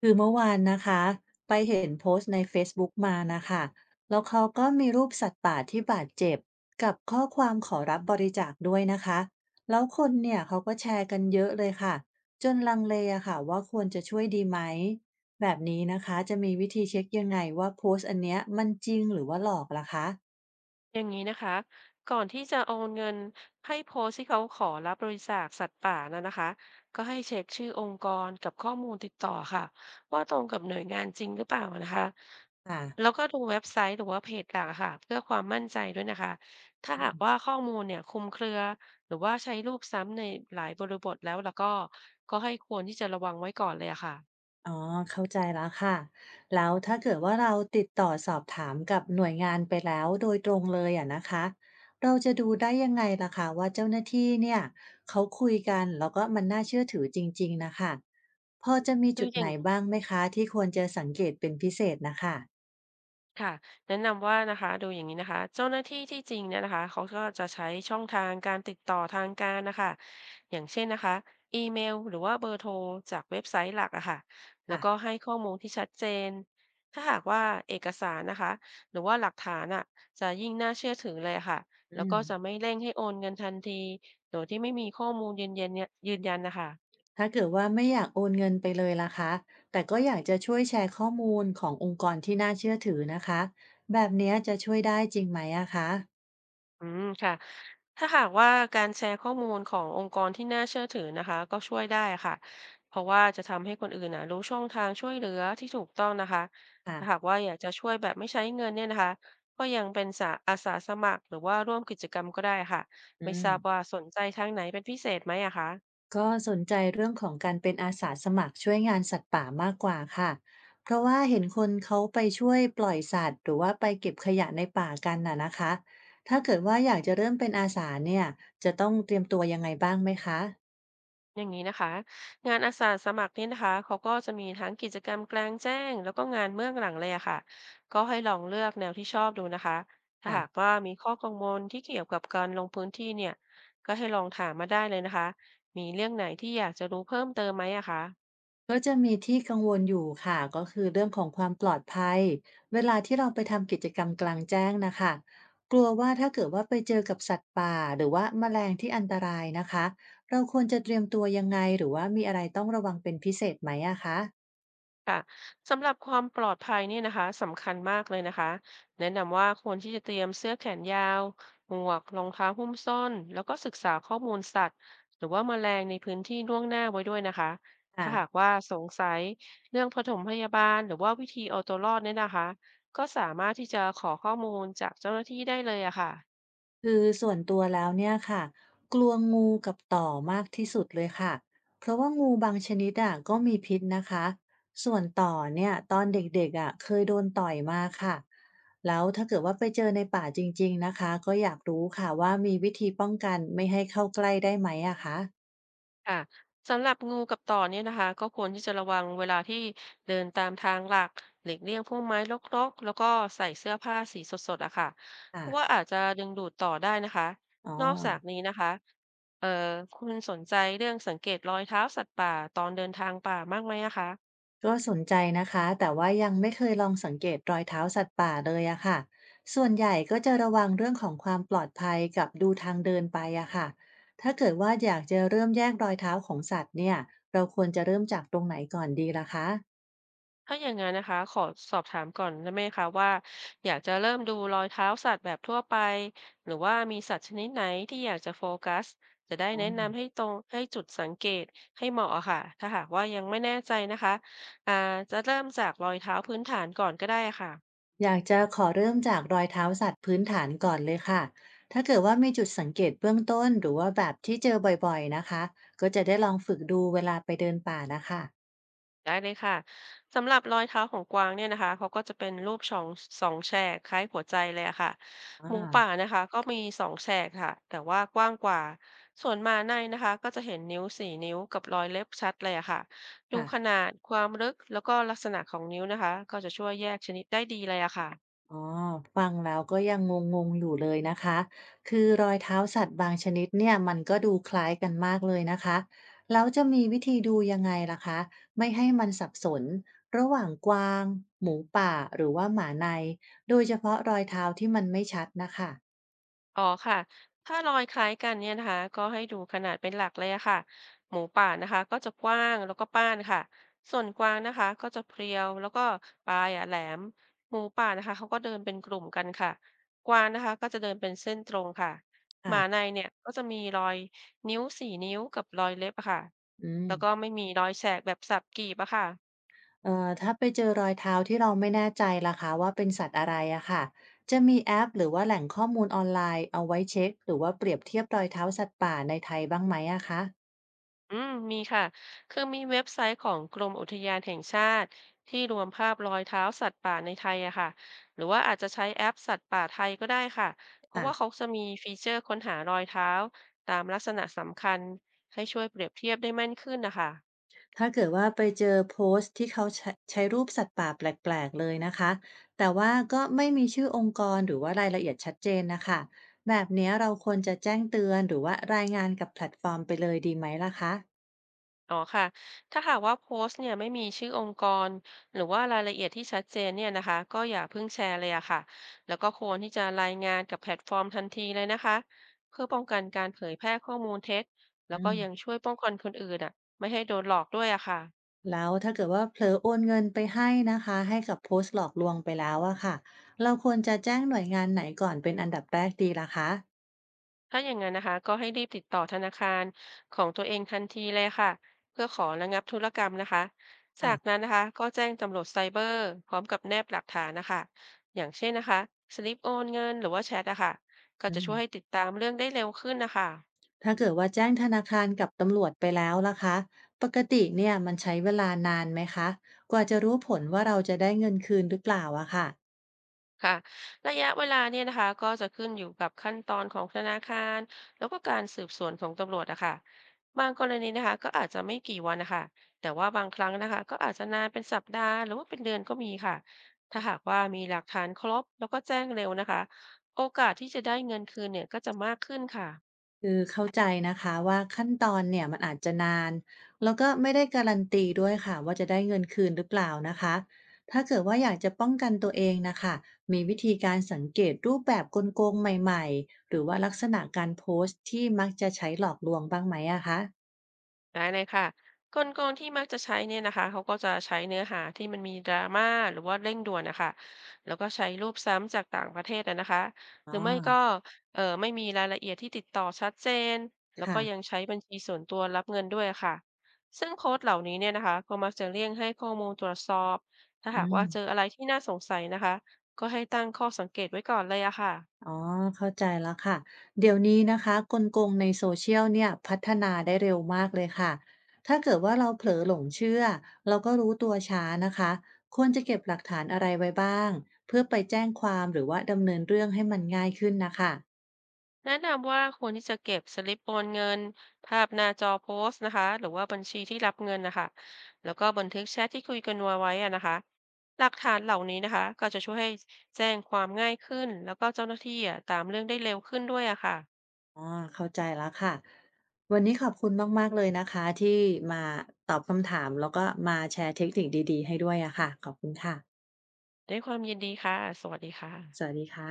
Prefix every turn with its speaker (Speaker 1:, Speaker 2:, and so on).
Speaker 1: คือเมื่อวานนะคะไปเห็นโพสต์ใน Facebook มานะคะแล้วเขาก็มีรูปสัตว์ป่าที่บาดเจ็บกับข้อความขอรับบริจาคด้วยนะคะแล้วคนเนี่ยเขาก็แชร์กันเยอะเลยค่ะจนลังเลอะค่ะว่าควรจะช่วยดีไหมแบบนี้นะคะจะมีวิธีเช็คยังไงว่าโพสต์อันเนี้ยมันจริงหรือว่าหลอกล่ะคะ
Speaker 2: อย่างนี้นะคะก่อนที่จะโอนเงินให้โพสต์ที่เขาขอรับบริจาคสัตว์ป่านะนะคะก็ให้เช็คชื่อองค์กรกับข้อมูลติดต่อค่ะว่าตรงกับหน่วยงานจริงหรือเปล่านะคะ
Speaker 1: ค่ะ
Speaker 2: แล้วก็ดูเว็บไซต์หรือว่าเพจหลักอะค่ะเพื่อความมั่นใจด้วยนะคะถ้า
Speaker 1: อื
Speaker 2: หาก
Speaker 1: ม
Speaker 2: ว่าข้อมูลเนี่ยคลุมเครือหรือว่าใช้รูปซ้ำในหลายบริบทแล้วก็ให้ควรที่จะระวังไว้ก่อนเลยอะค่ะ
Speaker 1: อ๋อเข้าใจแล้วค่ะแล้วถ้าเกิดว่าเราติดต่อสอบถามกับหน่วยงานไปแล้วโดยตรงเลยอะนะคะ เราจะดูได้ยังไงล่ะคะว่าเจ้าหน้าที่เนี่ยเขาคุยกันแล้วก็มันน่าเชื่อถือจริงๆนะคะพอจะมี
Speaker 2: ดู
Speaker 1: จุด
Speaker 2: อย่า
Speaker 1: ไหน
Speaker 2: ง
Speaker 1: บ้างไหมคะที่ควรจะสังเกตเป็นพิเศษนะคะ
Speaker 2: ค่ะแนะนำว่านะคะดูอย่างนี้นะคะเจ้าหน้าที่จริงเนี่ยนะคะเขาก็จะใช้ช่องทางการติดต่อทางการนะคะอย่างเช่นนะคะอีเมลหรือว่าเบอร์โทรจากเว็บไซต์หลักอะค่ะแล้ว
Speaker 1: อ่ะ
Speaker 2: ก็ให้ข้อมูลที่ชัดเจนถ้าหากว่าเอกสารนะคะหรือว่าหลักฐานอะจะยิ่งน่าเชื่อถือเลยอะค่ะแล้
Speaker 1: อื
Speaker 2: วก็
Speaker 1: ม
Speaker 2: จะไม่เร่งให้โอนเงินทันทีโดยที่ไม่มีข้อมูลยืนยันนะคะ
Speaker 1: ถ้าเกิดว่าไม่อยากโอนเงินไปเลยล่ะคะ แต่ก็อยากจะช่วยแชร์ข้อมูลขององค์กรที่น่าเชื่อถือนะคะแบบเนี้ยจะช่วยได้จริงไหมอะคะ
Speaker 2: อืมค่ะถ้าหากว่าการแชร์ข้อมูลขององค์กรที่น่าเชื่อถือนะคะก็ช่วยได้ค่ะเพราะว่าจะทำให้คนอื่นนะรู้ช่องทางช่วยเหลือที่ถูกต้องนะคะ
Speaker 1: ค่ะ
Speaker 2: ถ้าหากว่าอยากจะช่วยแบบไม่ใช้เงินเนี่ยนะคะก็ยังเป็นอาสาสมัครหรือว่าร่วมกิจกรรมก็ได้ค่ะ
Speaker 1: อื
Speaker 2: ไม่ทราบว่า
Speaker 1: ม
Speaker 2: สนใจทางไหนเป็นพิเศษไหมอะคะ
Speaker 1: ก็สนใจเรื่องของการเป็นอาสาสมัครช่วยงานสัตว์ป่ามากกว่าค่ะ เพราะว่าเห็นคนเขาไปช่วยปล่อยสัตว์หรือว่าไปเก็บขยะในป่ากันน่ะนะคะ ถ้าเกิดว่าอยากจะเริ่มเป็นอาสาเนี่ย จะต้องเตรียมตัวยังไงบ้างไหมคะ
Speaker 2: อย่างนี้นะคะงานอาสาสมัครนี่นะคะเขาก็จะมีทั้งกิจกรรมกลางแจ้งแล้วก็งานเบื้องหลังเลยอะค่ะก็ให้ลองเลือกแนวที่ชอบดูนะคะถ้าหาก
Speaker 1: ค่ะ
Speaker 2: ว่ามีข้อกังวลที่เกี่ยวกับการลงพื้นที่เนี่ยก็ให้ลองถามมาได้เลยนะคะมีเรื่องไหนที่อยากจะรู้เพิ่มเติมไหมอะคะ
Speaker 1: ก็จะมีที่กังวลอยู่ค่ะก็คือเรื่องของความปลอดภัยเวลาที่เราไปทำกิจกรรมกลางแจ้งนะคะกลัวว่าถ้าเกิดว่าไปเจอกับสัตว์ป่าหรือว่าแมลงที่อันตรายนะคะเราควรจะเตรียมตัวยังไงหรือว่ามีอะไรต้องระวังเป็นพิเศษไหมอะคะ
Speaker 2: ค่ะสำหรับความปลอดภัยเนี่ยนะคะสำคัญมากเลยนะคะแนะนำว่าควรที่จะเตรียมเสื้อแขนยาวหมวกรองเท้าหุ้มส้นแล้วก็ศึกษาข้อมูลสัตว์หรือว่าแมลงในพื้นที่ล่วงหน้าไว้ด้วยนะคะ
Speaker 1: ค่ะ
Speaker 2: ถ้าหากว่าสงสัยเรื่องปฐมพยาบาลหรือว่าวิธีเอาตัวรอดเนี่ยนะคะก็สามารถที่จะขอข้อมูลจากเจ้าหน้าที่ได้เลยอะค่ะ
Speaker 1: คือส่วนตัวแล้วเนี่ยค่ะกลัวงูกับต่อมากที่สุดเลยค่ะเพราะว่างูบางชนิดอ่ะก็มีพิษนะคะส่วนต่อเนี่ยตอนเด็กๆอ่ะเคยโดนต่อยมาค่ะแล้วถ้าเกิดว่าไปเจอในป่าจริงๆนะคะก็อยากรู้ค่ะว่ามีวิธีป้องกันไม่ให้เข้าใกล้ได้ไหมอะคะ
Speaker 2: ค่ะสำหรับงูกับต่อเนี่ยนะคะก็ควรที่จะระวังเวลาที่เดินตามทางหลักหลีกเลี่ยงพวกไม้รกๆแล้วก็ใส่เสื้อผ้าสีสดๆอะค่ะเพ
Speaker 1: ค่ะ
Speaker 2: ราะว่าอาจจะดึงดูดต่อได้นะคะ
Speaker 1: อ๋อ
Speaker 2: นอกจากนี้นะคะเอ่อคุณสนใจเรื่องสังเกตรอยเท้าสัตว์ป่าตอนเดินทางป่ามากไหมอะคะ
Speaker 1: ก็สนใจนะคะแต่ว่ายังไม่เคยลองสังเกตรอยเท้าสัตว์ป่าเลยอะค่ะส่วนใหญ่ก็จะระวังเรื่องของความปลอดภัยกับดูทางเดินไปอะค่ะถ้าเกิดว่าอยากจะเริ่มแยกรอยเท้าของสัตว์เนี่ยเราควรจะเริ่มจากตรงไหนก่อนดีล่ะคะ
Speaker 2: ถ้าอย่างนั้นนะคะขอสอบถามก่อนได้ไหมคะว่าอยากจะเริ่มดูรอยเท้าสัตว์แบบทั่วไปหรือว่ามีสัตว์ชนิดไหนที่อยากจะโฟกัสจะได้แนะนำให้ตรงให้จุดสังเกตให้เหมาะอะค่ะถ้าหากว่ายังไม่แน่ใจนะคะอ่าจะเริ่มจากรอยเท้าพื้นฐานก่อนก็ได้ค่ะ
Speaker 1: อยากจะขอเริ่มจากรอยเท้าสัตว์พื้นฐานก่อนเลยค่ะถ้าเกิดว่ามีจุดสังเกตเบื้องต้นหรือว่าแบบที่เจอบ่อยๆนะคะก็จะได้ลองฝึกดูเวลาไปเดินป่านะคะ
Speaker 2: ได้เลยค่ะสำหรับรอยเท้าของกวางเนี่ยนะคะเขาก็จะเป็นรูปสองแฉกคล้ายหัวใจเลยอะค่ะ
Speaker 1: อ่
Speaker 2: หมูป่า
Speaker 1: า
Speaker 2: นะคะก็มีสองแฉกค่ะแต่ว่ากว้างกว่าส่วนมาในนะคะก็จะเห็นนิ้วสี่นิ้วกับรอยเล็บชัดเลยอะค่ะดู
Speaker 1: ค่ะ
Speaker 2: ขนาดความลึกแล้วก็ลักษณะของนิ้วนะคะก็จะช่วยแยกชนิดได้ดีเลยอะค่ะ
Speaker 1: อ๋อฟังแล้วก็ยังงงๆอยู่เลยนะคะคือรอยเท้าสัตว์บางชนิดเนี่ยมันก็ดูคล้ายกันมากเลยนะคะแล้วจะมีวิธีดูยังไงล่ะคะไม่ให้มันสับสนระหว่างกวางหมูป่าหรือว่าหมาในโดยเฉพาะรอยเท้าที่มันไม่ชัดนะคะ
Speaker 2: อ๋อค่ะ ถ้ารอยคล้ายกันเนี่ยนะคะก็ให้ดูขนาดเป็นหลักเลยอะค่ะ หมูป่านะคะก็จะกว้างแล้วก็ป้านค่ะส่วนกวางนะคะก็จะเพรียวแล้วก็ปลายอะแหลมหมูป่านะคะเขาก็เดินเป็นกลุ่มกันค่ะกวางนะคะก็จะเดินเป็นเส้นตรงค่ะห
Speaker 1: ค่ะ
Speaker 2: มาในเนี่ยก็จะมีรอยนิ้วสี่นิ้วกับรอยเล็บอะค่ะ
Speaker 1: อืม
Speaker 2: แล้วก็ไม่มีรอยแฉกแบบสับกรีบอะค่ะ
Speaker 1: ถ้าไปเจอรอยเท้าที่เราไม่แน่ใจล่ะคะว่าเป็นสัตว์อะไรอะค่ะจะมีแอปหรือว่าแหล่งข้อมูลออนไลน์เอาไว้เช็คหรือว่าเปรียบเทียบรอยเท้าสัตว์ป่าในไทยบ้างไหมอะคะ
Speaker 2: อืมมีค่ะ คือมีเว็บไซต์ของกรมอุทยานแห่งชาติที่รวมภาพรอยเท้าสัตว์ป่าในไทยอะค่ะหรือว่าอาจจะใช้แอปสัตว์ป่าไทยก็ได้ค่ะ เพราะ
Speaker 1: ่ะ
Speaker 2: ว่าเขาจะมีฟีเจอร์ค้นหารอยเท้าตามลักษณะสำคัญให้ช่วยเปรียบเทียบได้แม่นขึ้นนะคะ
Speaker 1: ถ้าเกิดว่าไปเจอโพสต์ที่เขาใช้รูปสัตว์ป่าแปลกๆเลยนะคะแต่ว่าก็ไม่มีชื่อองค์กรหรือว่ารายละเอียดชัดเจนนะคะแบบเนี้ยเราควรจะแจ้งเตือนหรือว่ารายงานกับแพลตฟอร์มไปเลยดีไหมล่ะคะ
Speaker 2: อ๋อค่ะ ถ้าหากว่าโพสต์เนี่ยไม่มีชื่อองค์กรหรือว่ารายละเอียดที่ชัดเจนเนี่ยนะคะก็อย่าเพิ่งแชร์เลยอะค่ะ แล้วก็ควรที่จะรายงานกับแพลตฟอร์มทันทีเลยนะคะเพื่อป้องกันการเผยแพร่ข้อมูลเท็จแล้ว
Speaker 1: อื
Speaker 2: ก็
Speaker 1: ม
Speaker 2: ยังช่วยป้องกันคนอื่นอะไม่ให้โดนหลอกด้วยอะค่ะ
Speaker 1: แล้วถ้าเกิดว่าเผลอโอนเงินไปให้นะคะให้กับโพสต์หลอกลวงไปแล้วอะค่ะเราควรจะแจ้งหน่วยงานไหนก่อนเป็นอันดับแรกดีล่ะคะ
Speaker 2: ถ้าอย่างนั้นนะคะก็ให้รีบติดต่อธนาคารของตัวเองทันทีเลยค่ะเพื่อขอระงับธุรกรรมนะคะจากนั้
Speaker 1: ค่ะ
Speaker 2: นนะคะก็แจ้งตำรวจไซเบอร์พร้อมกับแนบหลักฐานนะคะอย่างเช่นนะคะสลิปโอนเงินหรือว่าแชทนะคะก็
Speaker 1: อื
Speaker 2: จะช่
Speaker 1: ม
Speaker 2: วยให้ติดตามเรื่องได้เร็วขึ้นนะคะ
Speaker 1: ถ้าเกิดว่าแจ้งธนาคารกับตำรวจไปแล้วล่ะคะปกติเนี่ยมันใช้เวลานานไหมคะกว่าจะรู้ผลว่าเราจะได้เงินคืนหรือเปล่าอะค่ะ
Speaker 2: ค่ะระยะเวลาเนี่ยนะคะก็จะขึ้นอยู่กับขั้นตอนของธนาคารแล้วก็การสืบสวนของตำรวจนะคะบางกรณีนะคะก็อาจจะไม่กี่วันนะคะแต่ว่าบางครั้งนะคะก็อาจจะนานเป็นสัปดาห์หรือว่าเป็นเดือนก็มีค่ะถ้าหากว่ามีหลักฐานครบแล้วก็แจ้งเร็วนะคะโอกาสที่จะได้เงินคืนเนี่ยก็จะมากขึ้นค่ะ
Speaker 1: คือเข้าใจนะคะว่าขั้นตอนเนี่ยมันอาจจะนานแล้วก็ไม่ได้การันตีด้วยค่ะว่าจะได้เงินคืนหรือเปล่านะคะถ้าเกิดว่าอยากจะป้องกันตัวเองนะคะมีวิธีการสังเกตรูปแบบกลโกงใหม่ๆหรือว่าลักษณะการโพสต์ที่มักจะใช้หลอกลวงบ้างไหมอะคะ
Speaker 2: ได้เลยค่ะกลโกงที่มักจะใช้เนี่ยนะคะเขาก็จะใช้เนื้อหาที่มันมีดราม่าหรือว่าเร่งด่วนนะคะแล้วก็ใช้รูปซ้ำจากต่างประเทศนะคะห
Speaker 1: อ๋อ
Speaker 2: รือไม่ก็ไม่มีรายละเอียดที่ติดต่อชัดเจนแล้วก็
Speaker 1: ค่ะ
Speaker 2: ยังใช้บัญชีส่วนตัวรับเงินด้วยค่ะซึ่งโค้ดเหล่านี้เนี่ยนะคะก็มักจะเลี่ยงให้ข้อมูลตรวจสอบถ้า
Speaker 1: อื
Speaker 2: หาก
Speaker 1: ม
Speaker 2: ว่าเจออะไรที่น่าสงสัยนะคะก็ให้ตั้งข้อสังเกตไว้ก่อนเลยอะค่ะ
Speaker 1: อ๋อเข้าใจแล้วค่ะเดี๋ยวนี้นะคะกลโกงในโซเชียลเนี่ยพัฒนาได้เร็วมากเลยค่ะถ้าเกิดว่าเราเผลอหลงเชื่อเราก็รู้ตัวช้านะคะควรจะเก็บหลักฐานอะไรไว้บ้างเพื่อไปแจ้งความหรือว่าดำเนินเรื่องให้มันง่ายขึ้นนะคะ
Speaker 2: แนะนำว่าควรที่จะเก็บสลิปโอนเงินภาพหน้าจอโพสต์นะคะหรือว่าบัญชีที่รับเงินนะคะแล้วก็บันทึกแชทที่คุยกันไว้อะนะคะหลักฐานเหล่านี้นะคะก็จะช่วยให้แจ้งความง่ายขึ้นแล้วก็เจ้าหน้าที่อะตามเรื่องได้เร็วขึ้นด้วยอะค่ะ
Speaker 1: อ๋อเข้าใจแล้วค่ะวันนี้ขอบคุณมากๆเลยนะคะที่มาตอบคำถามแล้วก็มาแชร์เทคนิคดีๆให้ด้วยอะค่ะขอบคุณค่ะ
Speaker 2: ด้วยความยินดีค่ะ สวัสดีค่ะ
Speaker 1: สวัสดีค่ะ